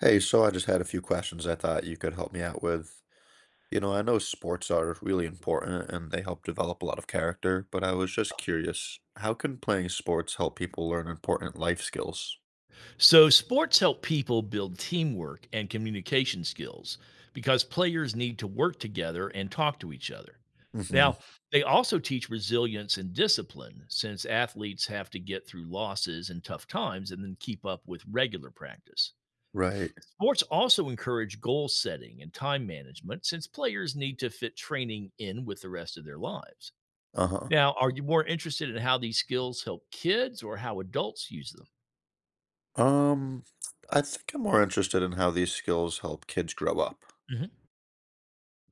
Hey, so I just had a few questions I thought you could help me out with. I know sports are really important and they help develop a lot of character, but I was just curious, how can playing sports help people learn important life skills? So, sports help people build teamwork and communication skills because players need to work together and talk to each other. Mm-hmm. Now, they also teach resilience and discipline since athletes have to get through losses and tough times and then keep up with regular practice. Right. Sports also encourage goal setting and time management since players need to fit training in with the rest of their lives. Uh-huh. Now, are you more interested in how these skills help kids or how adults use them? Um, I think I'm more interested in how these skills help kids grow up.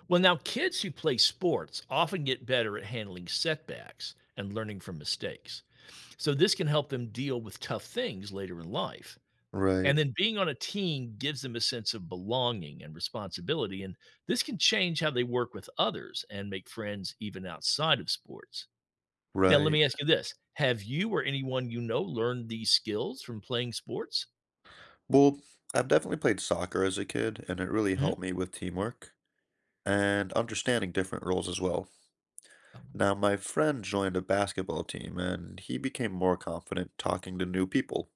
Well, now kids who play sports often get better at handling setbacks and learning from mistakes. So this can help them deal with tough things later in life. And Right. then being on a team gives them a sense of belonging and responsibility. And this can change how they work with others and make friends even outside of sports. Now, let Right. me ask you this. Have you or anyone you know learned these skills from playing sports? Well, I've definitely played soccer as a kid, and it really helped me with teamwork and understanding different roles as well. Now, my friend joined a basketball team and he became more confident talking to new people.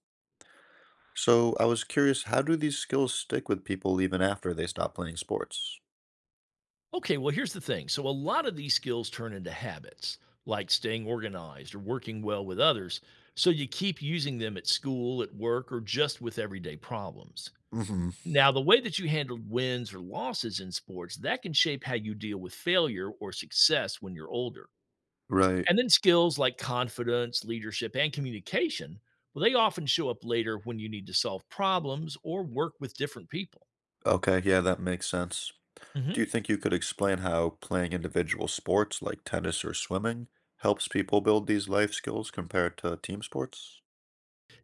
So I was curious, how do these skills stick with people even after they stop playing sports? Okay, well, here's the thing. So, a lot of these skills turn into habits, like staying organized or working well with others. So, you keep using them at school, at work, or just with everyday problems. Hmm. Now, the way that you handled wins or losses in sports, that can shape how you deal with failure or success when you're older. Right. And then skills like confidence, leadership, and communication, well, they often show up later when you need to solve problems or work with different people. Okay, yeah, that makes sense. Do you think you could explain how playing individual sports like tennis or swimming helps people build these life skills compared to team sports?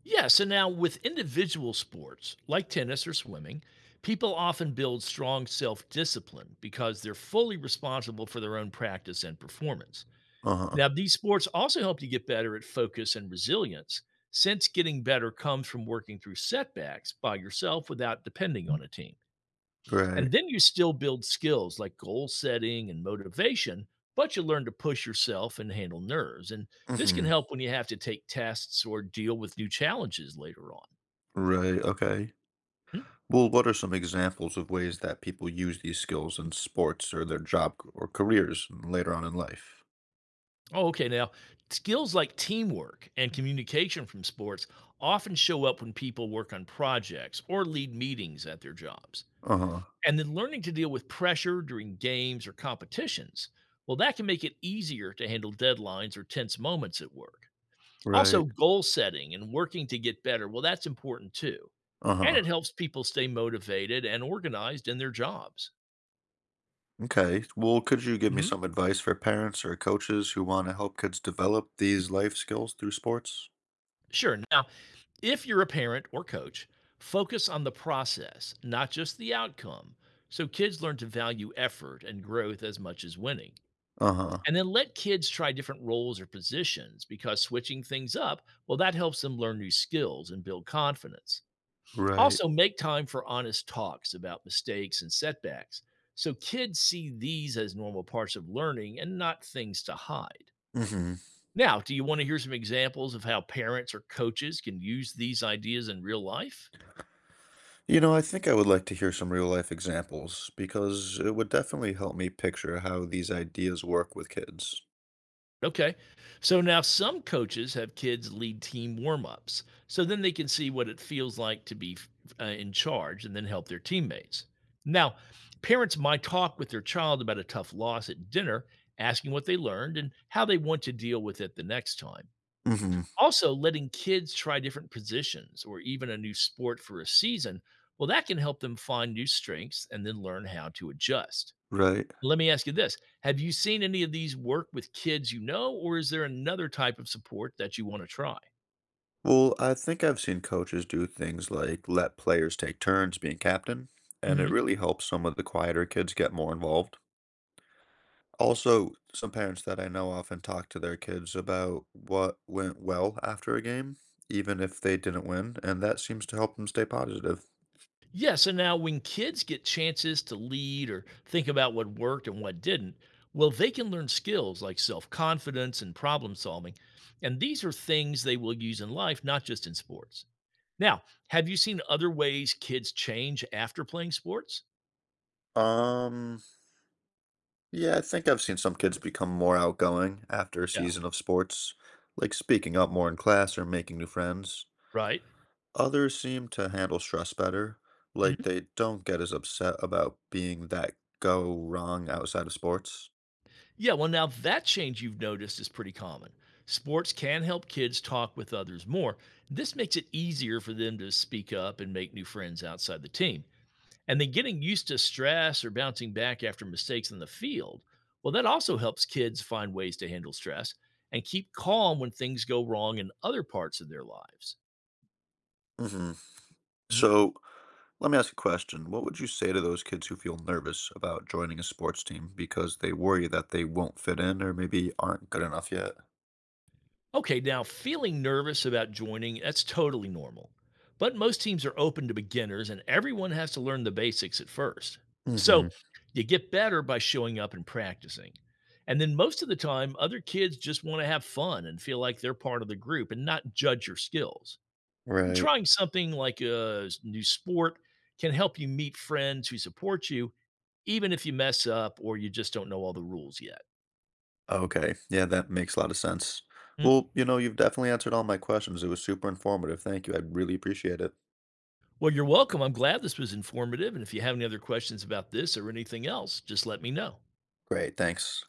Yeah, so now with individual sports like tennis or swimming, people often build strong self discipline because they're fully responsible for their own practice and performance. Uh-huh. Now, these sports also help you get better at focus and resilience, since getting better comes from working through setbacks by yourself without depending on a team. Right. And then you still build skills like goal setting and motivation, but you learn to push yourself and handle nerves. And this can Hmm. help when you have to take tests or deal with new challenges later on. Right. Okay. Hmm? Well, what are some examples of ways that people use these skills in sports or their or careers later on in life? Oh, okay. Now, skills like teamwork and communication from sports often show up when people work on projects or lead meetings at their jobs. Uh-huh. And then learning to deal with pressure during games or competitions, well, that can make it easier to handle deadlines or tense moments at work. Also, Right. goal setting and working to get better, well, that's important too. And it Uh-huh. helps people stay motivated and organized in their jobs. Okay. Well, could you give me Hmm. some advice for parents or coaches who want to help kids develop these life skills through sports? Sure. Now, if you're a parent or coach, focus on the process, not just the outcome, so kids learn to value effort and growth as much as winning. Uh-huh. And then let kids try different roles or positions because switching things up, well, that helps them learn new skills and build confidence. Right. Also, make time for honest talks about mistakes and setbacks so kids see these as normal parts of learning and not things to hide. Mm-hmm. Now, do you want to hear some examples of how parents or coaches can use these ideas in real life? I think I would like to hear some real life examples because it would definitely help me picture how these ideas work with kids. Okay. So now some coaches have kids lead team warm ups so then they can see what it feels like to be in charge and then help their teammates. Now, parents might talk with their child about a tough loss at dinner, asking what they learned and how they want to deal with it the next time. Mm-hmm. Also, letting kids try different positions or even a new sport for a season, well, that can help them find new strengths and then learn how to adjust. Right. Let me ask you this. Have you seen any of these work with kids you know, or is there another type of support that you want to try? Well, I think I've seen coaches do things like let players take turns being captain, and it Hmm. really helps some of the quieter kids get more involved. Also, some parents that I know often talk to their kids about what went well after a game, even if they didn't win, and that seems to help them stay positive. Yes. And now, when kids get chances to lead or think about what worked and what didn't, well, they can learn skills like self confidence and problem solving. And these are things they will use in life, not just in sports. Now, have you seen other ways kids change after playing sports? Um, yeah, I think I've seen some kids become more outgoing after a Yeah. season of sports, like speaking up more in class or making new friends. Right. Others seem to handle stress better, like they don't get as upset about being that go wrong outside of sports. Yeah, well, now that change you've noticed is pretty common. Sports can help kids talk with others more. This makes it easier for them to speak up and make new friends outside the team. And then getting used to stress or bouncing back after mistakes in the field, well, that also helps kids find ways to handle stress and keep calm when things go wrong in other parts of their lives. Hmm. So let me ask a question. What would you say to those kids who feel nervous about joining a sports team because they worry that they won't fit in or maybe aren't good enough yet? Okay, now feeling nervous about joining, that's totally normal. But most teams are open to beginners and everyone has to learn the basics at first. So Mm-hmm. you get better by showing up and practicing. And then most of the time, other kids just want to have fun and feel like they're part of the group and not judge your skills. And Right. trying something like new sport can help you meet friends who support you, even if you mess up or you just don't know all the rules yet. Okay. Yeah, that makes a lot of sense. Hmm? Well, you've definitely answered all my questions. It was super informative. Thank you. I really appreciate it. Well, you're welcome. I'm glad this was informative. And if you have any other questions about this or anything else, just let me know. Great. Thanks.